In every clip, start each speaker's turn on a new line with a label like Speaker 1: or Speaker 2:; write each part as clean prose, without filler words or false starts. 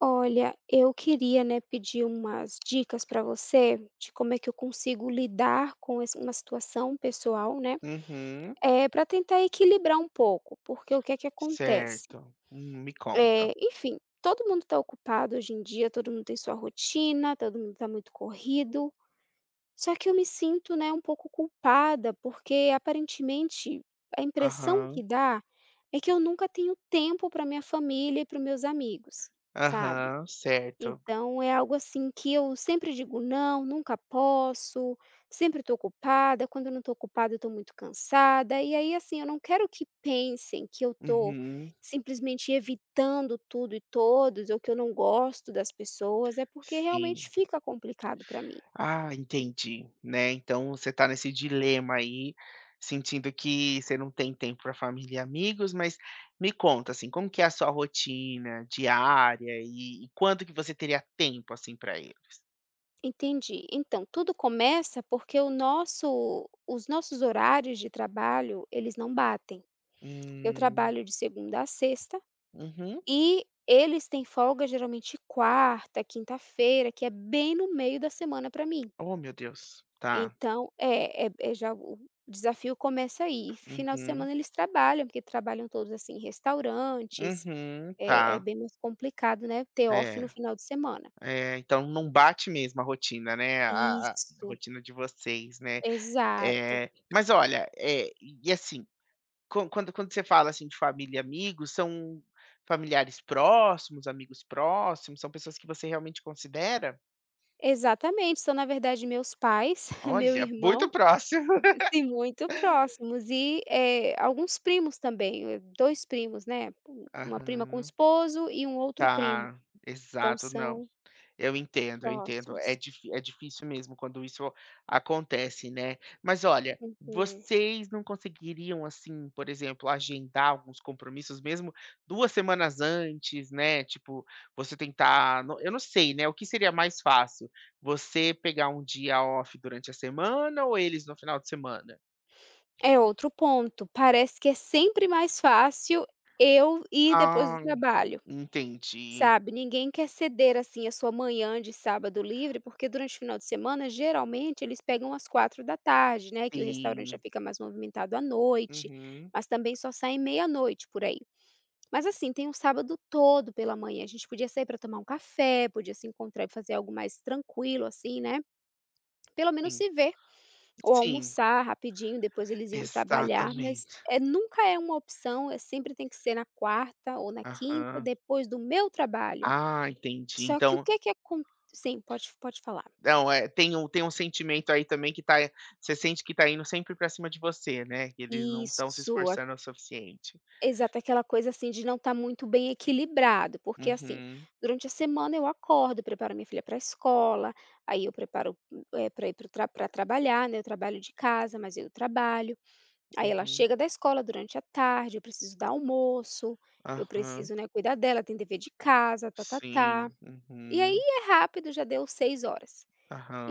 Speaker 1: Olha, eu queria, né, pedir umas dicas para você de como é que eu consigo lidar com essa uma situação pessoal, né.
Speaker 2: Uhum,
Speaker 1: É para tentar equilibrar um pouco, porque o que é que acontece?
Speaker 2: certo. Me conta.
Speaker 1: É, enfim, todo mundo está ocupado hoje em dia, todo mundo tem sua rotina, todo mundo está muito corrido, só que eu me sinto, né, um pouco culpada, porque aparentemente a impressão
Speaker 2: Aham,
Speaker 1: que dá é que eu nunca tenho tempo para minha família e para meus amigos, sabe?
Speaker 2: aham, certo.
Speaker 1: Então é algo assim que eu sempre digo: "Não, nunca posso", sempre estou ocupada, quando eu não estou ocupada eu estou muito cansada, e aí assim, eu não quero que pensem que eu estou
Speaker 2: Uhum,
Speaker 1: simplesmente evitando tudo e todos, ou que eu não gosto das pessoas, é porque
Speaker 2: sim.
Speaker 1: realmente fica complicado para mim.
Speaker 2: Ah, entendi, né, então você tá nesse dilema aí, sentindo que você não tem tempo para família e amigos, mas me conta, assim, como que é a sua rotina diária e quando que você teria tempo, assim, para eles?
Speaker 1: Entendi. Então, tudo começa porque o nosso os nossos horários de trabalho, eles não batem. Eu
Speaker 2: Hum,
Speaker 1: trabalho de segunda a sexta.
Speaker 2: uhum.
Speaker 1: E eles têm folga geralmente quarta, quinta-feira, que é bem no meio da semana para mim.
Speaker 2: Oh, meu Deus. Tá.
Speaker 1: Então já o desafio começa aí. Final de
Speaker 2: Uhum,
Speaker 1: semana eles trabalham, porque trabalham todos, assim, em restaurantes,
Speaker 2: uhum,
Speaker 1: é
Speaker 2: tá,
Speaker 1: bem mais complicado, né, ter off no
Speaker 2: é.
Speaker 1: final de semana.
Speaker 2: É, então não bate mesmo a rotina, né, a
Speaker 1: Isso,
Speaker 2: rotina de vocês, né.
Speaker 1: exato.
Speaker 2: Mas olha, e assim, quando você fala, assim, de família e amigos, são familiares próximos, amigos próximos, são pessoas que você realmente considera?
Speaker 1: Exatamente, são na verdade meus pais,
Speaker 2: Olha,
Speaker 1: meu
Speaker 2: muito
Speaker 1: irmão.
Speaker 2: próximo.
Speaker 1: Sim, muito próximos e, alguns primos também, 2 primos, né, uma prima com o
Speaker 2: Aham.
Speaker 1: esposo e um outro primo,
Speaker 2: Tá,
Speaker 1: então
Speaker 2: exato, não.
Speaker 1: são
Speaker 2: Eu entendo, eu entendo. É
Speaker 1: próximos.
Speaker 2: difí é difícil mesmo quando isso acontece, né. Mas olha,
Speaker 1: Uhum.
Speaker 2: vocês não conseguiriam, assim, por exemplo, agendar alguns compromissos mesmo 2 semanas antes, né, tipo, você tentar no eu não sei, né, o que seria mais fácil? Você pegar um dia off durante a semana ou eles no final de semana?
Speaker 1: É outro ponto, parece que é sempre mais fácil eu ir depois do
Speaker 2: Ah,
Speaker 1: trabalho,
Speaker 2: entendi.
Speaker 1: sabe, ninguém quer ceder, assim, a sua manhã de sábado livre, porque durante o final de semana, geralmente, eles pegam às 4 da tarde, né, que o restaurante já
Speaker 2: Sim.
Speaker 1: fica mais movimentado à noite,
Speaker 2: Uhum.
Speaker 1: mas também só saem meia-noite por aí. Mas assim, tem um sábado todo pela manhã, a gente podia sair para tomar um café, podia se encontrar e fazer algo mais tranquilo, assim, né, pelo menos
Speaker 2: Sim.
Speaker 1: se ver, ou
Speaker 2: Sim.
Speaker 1: almoçar rapidinho, depois eles iam trabalhar, mas
Speaker 2: Exatamente.
Speaker 1: é nunca é uma opção. É sempre tem que ser na quarta ou na quinta,
Speaker 2: Aham.
Speaker 1: depois do meu trabalho.
Speaker 2: Ah, entendi.
Speaker 1: Só que o
Speaker 2: Então
Speaker 1: que é que acontece? Sim, pode falar.
Speaker 2: não, é, tem um sentimento aí também que tá, você sente que tá indo sempre pra cima de você, né, que eles não estão se
Speaker 1: Isso,
Speaker 2: esforçando o suficiente.
Speaker 1: exato, aquela coisa, assim, de não estar muito bem equilibrado, porque, assim,
Speaker 2: Uhum,
Speaker 1: durante a semana eu acordo, preparo minha filha para a escola, aí eu preparo, para ir para trabalhar, né, eu trabalho de casa, mas eu trabalho, aí ela
Speaker 2: uhum,
Speaker 1: chega da escola durante a tarde, eu preciso dar almoço, eu
Speaker 2: aham,
Speaker 1: preciso, né, cuidar dela, tem dever de casa, tá-tá-tá.
Speaker 2: sim,
Speaker 1: E aí
Speaker 2: uhum,
Speaker 1: é rápido, já deu 6 horas,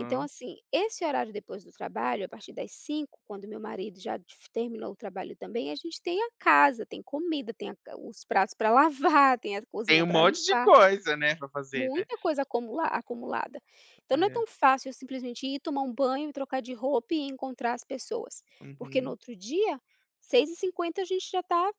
Speaker 1: então, assim, esse horário depois do trabalho, a partir das 5, quando meu marido já terminou o trabalho também, a gente tem a casa, tem comida, tem a os pratos para lavar, tem a
Speaker 2: Tem
Speaker 1: cozinha
Speaker 2: um
Speaker 1: para
Speaker 2: monte de
Speaker 1: limpar,
Speaker 2: coisa, né, pra fazer, né.
Speaker 1: muita coisa acumulada. Então, não é
Speaker 2: É,
Speaker 1: tão fácil eu simplesmente ir tomar um banho, trocar de roupa e encontrar as pessoas, porque no
Speaker 2: uhum,
Speaker 1: outro dia, 6:50 a gente já está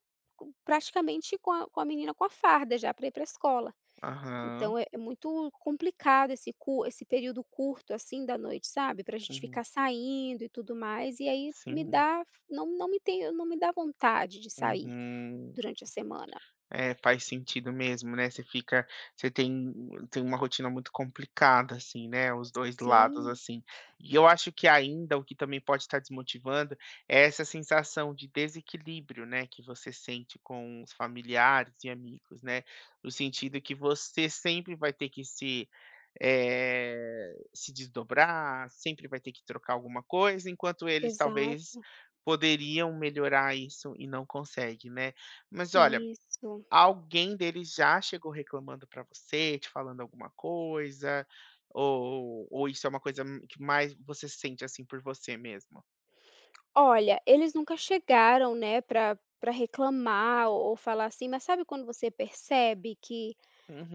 Speaker 1: praticamente com a menina com a farda já para ir para a escola.
Speaker 2: aham,
Speaker 1: Então é muito complicado esse cu esse período curto, assim, da noite, sabe, para a gente
Speaker 2: uhum,
Speaker 1: ficar saindo e tudo mais, e aí me
Speaker 2: sim,
Speaker 1: dá não não me tem não me dá vontade de sair
Speaker 2: uhum.
Speaker 1: durante a semana.
Speaker 2: É, faz sentido mesmo, né, você fica, você tem tem uma rotina muito complicada, assim, né, os dois lados,
Speaker 1: Sim,
Speaker 2: assim. E eu acho que ainda o que também pode estar desmotivando é essa sensação de desequilíbrio, né, que você sente com os familiares e amigos, né, no sentido que você sempre vai ter que se, eh, se desdobrar, sempre vai ter que trocar alguma coisa, enquanto eles talvez
Speaker 1: exato,
Speaker 2: poderiam melhorar isso e não conseguem, né. Mas olha,
Speaker 1: isso.
Speaker 2: alguém deles já chegou reclamando pra você, te falando alguma coisa? Ou isso é uma coisa m que mais você sente, assim, por você mesmo?
Speaker 1: Olha, eles nunca chegaram, né, para pra reclamar ou falar assim, mas sabe quando você percebe que,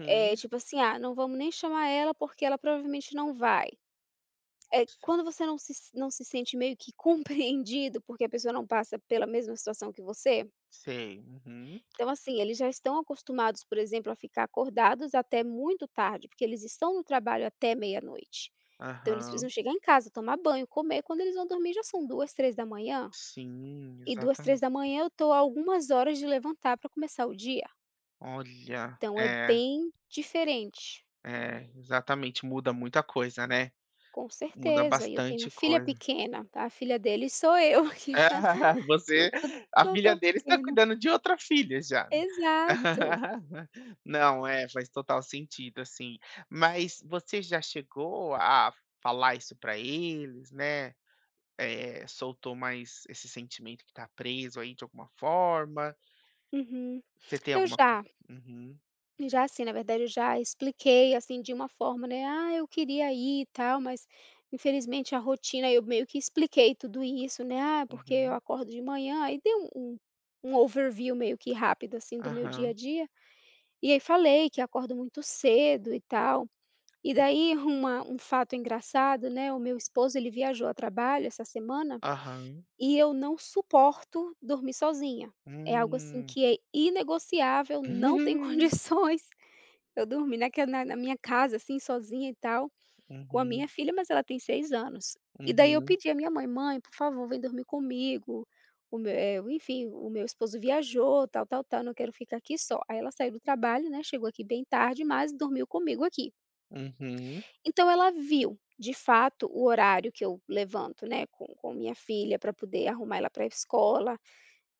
Speaker 1: tipo assim: "Ah, não vamos nem chamar ela, porque ela provavelmente não vai". É,
Speaker 2: S
Speaker 1: quando você não se sente meio que compreendido, porque a pessoa não passa pela mesma situação que você,
Speaker 2: Sei. Uhum.
Speaker 1: então, assim, eles já estão acostumados, por exemplo, a ficar acordados até muito tarde, porque eles estão no trabalho até meia-noite. Então eles precisam
Speaker 2: Aham.
Speaker 1: chegar em casa, tomar banho, comer, quando eles vão dormir já são duas, três da manhã.
Speaker 2: Sim,
Speaker 1: E duas, três
Speaker 2: exatamente.
Speaker 1: da manhã eu estou algumas horas de levantar para começar o dia.
Speaker 2: Olha,
Speaker 1: Então é
Speaker 2: é,
Speaker 1: bem diferente,
Speaker 2: é, exatamente, muda muita coisa, né.
Speaker 1: com
Speaker 2: Muda
Speaker 1: certeza. E eu tenho
Speaker 2: bastante
Speaker 1: filha
Speaker 2: coisa.
Speaker 1: pequena, tá, a filha dele sou eu, que já
Speaker 2: Ah,
Speaker 1: não
Speaker 2: você,
Speaker 1: tô
Speaker 2: a
Speaker 1: não
Speaker 2: filha
Speaker 1: tão
Speaker 2: dele está
Speaker 1: pequena.
Speaker 2: cuidando de outra filha já, né.
Speaker 1: Exato.
Speaker 2: Não, é, faz total sentido, assim. Mas você já chegou a falar isso para eles, né, soltou mais esse sentimento que tá preso aí de alguma forma?
Speaker 1: Uhum.
Speaker 2: Você tem
Speaker 1: Eu
Speaker 2: alguma co
Speaker 1: já,
Speaker 2: uhum,
Speaker 1: Já assim, na verdade eu já expliquei, assim, de uma forma, né, "Ah, eu queria ir e tal, mas infelizmente a rotina", eu meio que expliquei tudo isso, né, "Ah, porque eu
Speaker 2: uhum.
Speaker 1: acordo de manhã", aí dei um overview meio que rápido, assim, do meu dia a
Speaker 2: Aham,
Speaker 1: dia, e aí falei que acordo muito cedo e tal. E daí uma um fato engraçado, né, o meu esposo ele viajou a trabalho essa semana.
Speaker 2: aham.
Speaker 1: E eu não suporto dormir sozinha. É algo assim
Speaker 2: Hum.
Speaker 1: que é inegociável, não tem condições eu dormir naque na na minha casa, assim, sozinha e tal, com a
Speaker 2: Uhum,
Speaker 1: minha filha, mas ela tem 6 anos. E daí eu
Speaker 2: uhum,
Speaker 1: pedi à minha mãe: "Mãe, por favor, vem dormir comigo, o meu enfim, o meu esposo viajou, tal, tal, tal, não quero ficar aqui só". Aí ela saiu do trabalho, né, chegou aqui bem tarde, mas dormiu comigo aqui.
Speaker 2: uhum, uhum,
Speaker 1: Então ela viu, de fato, o horário que eu levanto, né, com minha filha para poder arrumar ela para a escola,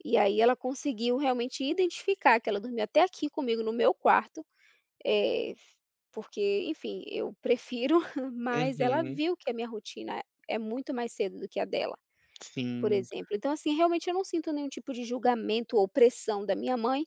Speaker 1: e aí ela conseguiu realmente identificar que ela dormia até aqui comigo no meu quarto, eh, porque, enfim, eu prefiro, mas ela
Speaker 2: uhum,
Speaker 1: viu que a minha rotina é muito mais cedo do que a dela, por
Speaker 2: sim.
Speaker 1: exemplo. Então, assim, realmente eu não sinto nenhum tipo de julgamento ou pressão da minha mãe,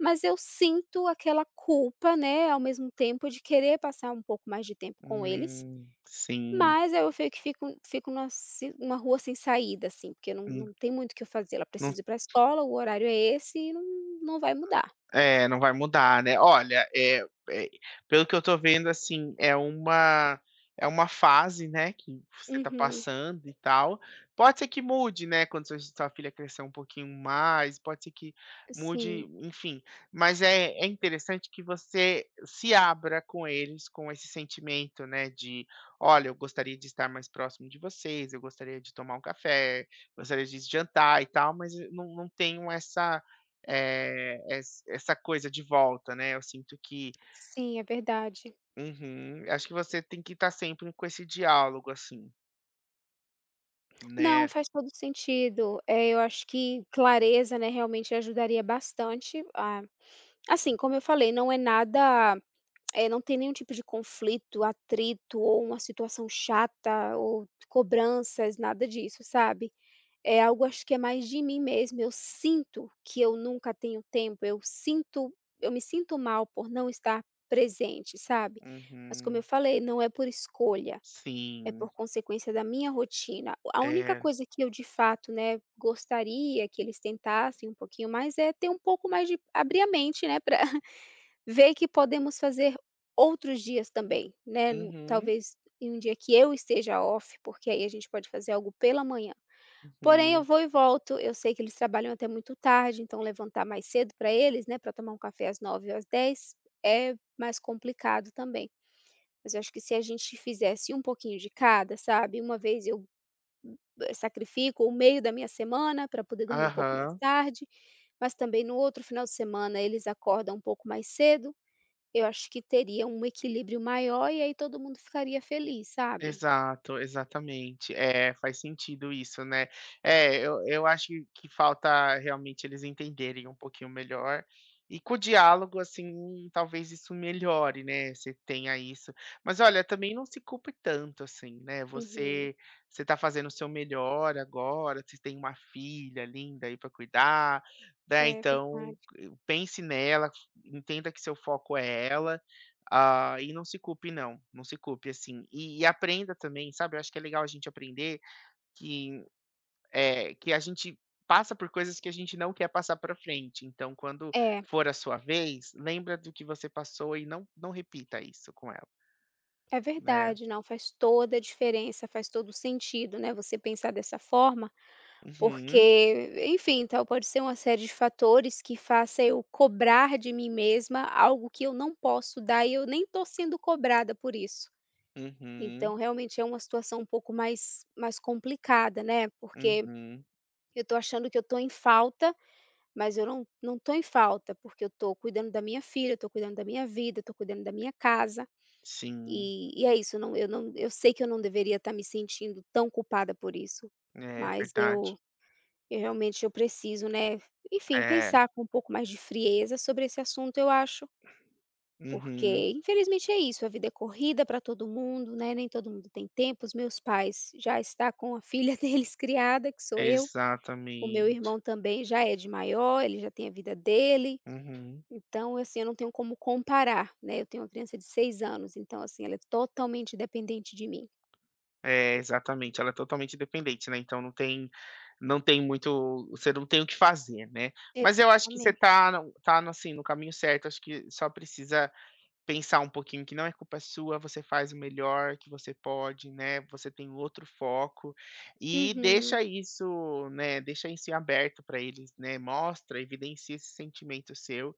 Speaker 1: mas eu sinto aquela culpa, né, ao mesmo tempo de querer passar um pouco mais de tempo com eles.
Speaker 2: Sim.
Speaker 1: Mas eu fe que fico fico numa se numa rua sem saída, assim, porque
Speaker 2: Hum,
Speaker 1: não tem muito o que eu fazer, ela precisa ir para a escola, o horário é esse e não vai mudar.
Speaker 2: é, não vai mudar, né. Olha, eh, pelo que eu tô vendo, assim, é uma, é uma fase, né, que você tá
Speaker 1: Uhum.
Speaker 2: passando e tal. Pode ser que mude, né, quando sua filha crescer um pouquinho mais, pode ser que mude,
Speaker 1: Sim,
Speaker 2: enfim. Mas é interessante que você se abra com eles, com esse sentimento, né, de: "Olha, eu gostaria de estar mais próximo de vocês, eu gostaria de tomar um café, gostaria de jantar e tal", mas eu não tenho essa, eh, es essa coisa de volta, né, eu sinto que
Speaker 1: sim, é verdade.
Speaker 2: uhum, acho que você tem que estar sempre com esse diálogo, assim,
Speaker 1: Não,
Speaker 2: né.
Speaker 1: faz todo sentido. Eh, eu acho que clareza, né, realmente ajudaria bastante, a assim, como eu falei, não é nada, não tem nenhum tipo de conflito, atrito ou uma situação chata ou cobranças, nada disso, sabe. É algo acho que é mais de mim mesma, eu sinto que eu nunca tenho tempo, eu sinto, eu me sinto mal por não estar presente, sabe. Mas como eu
Speaker 2: Uhum,
Speaker 1: falei, não é por escolha, é
Speaker 2: sim,
Speaker 1: por consequência da minha rotina. A única
Speaker 2: é.
Speaker 1: coisa que eu de fato, né, gostaria que eles tentassem um pouquinho mais é ter um pouco mais de abrir a mente, né, para ver que podemos fazer outros dias também, né, no
Speaker 2: Uhum,
Speaker 1: talvez em um dia que eu esteja off, porque aí a gente pode fazer algo pela manhã. Porém, eu
Speaker 2: uhum.
Speaker 1: vou e volto. Eu sei que eles trabalham até muito tarde, então levantar mais cedo para eles, né, para tomar um café às 9 ou às 10, é mais complicado também. Mas eu acho que se a gente fizesse um pouquinho de cada, sabe, uma vez eu, sacrifico o meio da minha semana para poder dormir um pouco mais
Speaker 2: Aham.
Speaker 1: tarde, mas também no outro final de semana eles acordam um pouco mais cedo, eu acho que teria um equilíbrio maior e aí todo mundo ficaria feliz, sabe?
Speaker 2: Exato, exatamente. É, faz sentido isso, né. É, eu acho que falta realmente eles entenderem um pouquinho melhor, e com o diálogo, assim, talvez isso melhore, né, você tenha isso. Mas olha, também não se culpe tanto, assim, né,
Speaker 1: Uhum.
Speaker 2: você, você tá fazendo o seu melhor agora, você tem uma filha linda aí para cuidar, né,
Speaker 1: É
Speaker 2: então
Speaker 1: verdade.
Speaker 2: pense nela, entenda que seu foco é ela, ah, e não se culpe não, não se culpe, assim. E aprenda também, sabe, eu acho que é legal a gente aprender que, é que a gente passa por coisas que a gente não quer passar para frente, então quando
Speaker 1: É.
Speaker 2: for a sua vez, lembra do que você passou e não repita isso com ela,
Speaker 1: É
Speaker 2: né.
Speaker 1: verdade, não, faz toda a diferença, faz todo o sentido, né, você pensar dessa forma,
Speaker 2: Uhum,
Speaker 1: porque, enfim, tal, pode ser uma série de fatores que faça eu cobrar de mim mesma algo que eu não posso dar e eu nem estou sendo cobrada por isso.
Speaker 2: uhum,
Speaker 1: Então, realmente é uma situação um pouco mais complicada, né, porque
Speaker 2: uhum.
Speaker 1: eu estou achando que eu estou em falta, mas eu não estou em falta, porque eu estou cuidando da minha filha, eu estou cuidando da minha vida, eu estou cuidando da minha casa.
Speaker 2: Sim,
Speaker 1: E é isso, não eu não eu sei que eu não deveria estar me sentindo tão culpada por isso,
Speaker 2: é
Speaker 1: mas
Speaker 2: verdade.
Speaker 1: eu realmente eu preciso, né, enfim,
Speaker 2: É,
Speaker 1: pensar com um pouco mais de frieza sobre esse assunto, eu acho,
Speaker 2: uhum,
Speaker 1: porque infelizmente é isso, a vida é corrida para todo mundo, né, nem todo mundo tem tempo, os meus pais já está com a filha deles criada, que sou eu, o meu
Speaker 2: exatamente.
Speaker 1: irmão também já é de maior, ele já tem a vida dele,
Speaker 2: Uhum.
Speaker 1: então, assim, eu não tenho como comparar, né, eu tenho uma criança de 6 anos, então, assim, ela é totalmente dependente de mim.
Speaker 2: É, exatamente, ela é totalmente dependente, né, então não tem, não tem muito, você não tem o que fazer, né. Mas eu acho que você
Speaker 1: Exatamente.
Speaker 2: tá no, assim, no caminho certo, acho que só precisa pensar um pouquinho que não é culpa sua, você faz o melhor que você pode, né, você tem outro foco e
Speaker 1: Uhum.
Speaker 2: deixa isso, né, deixa isso em aberto para eles, né, mostra, evidencia esse sentimento seu,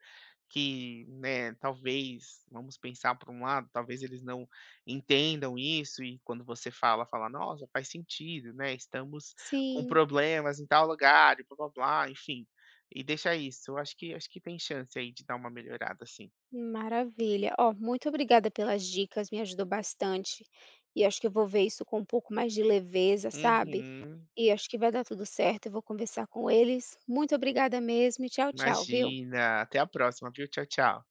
Speaker 2: que, né, talvez, vamos pensar por um lado, talvez eles não entendam isso e quando você fala, fala: "Nossa, faz sentido, né, estamos com
Speaker 1: Sim,
Speaker 2: problemas em tal lugar e blá-blá-blá", enfim, e deixa isso. Eu acho que tem chance aí de dar uma melhorada assim.
Speaker 1: maravilha. Ó, muito obrigada pelas dicas, me ajudou bastante. E acho que eu vou ver isso com um pouco mais de leveza, sabe?
Speaker 2: Uhum.
Speaker 1: E acho que vai dar tudo certo, eu vou conversar com eles. Muito obrigada mesmo e tchau, tchau, viu?
Speaker 2: Imagina. Até a próxima, viu. Tchau, tchau.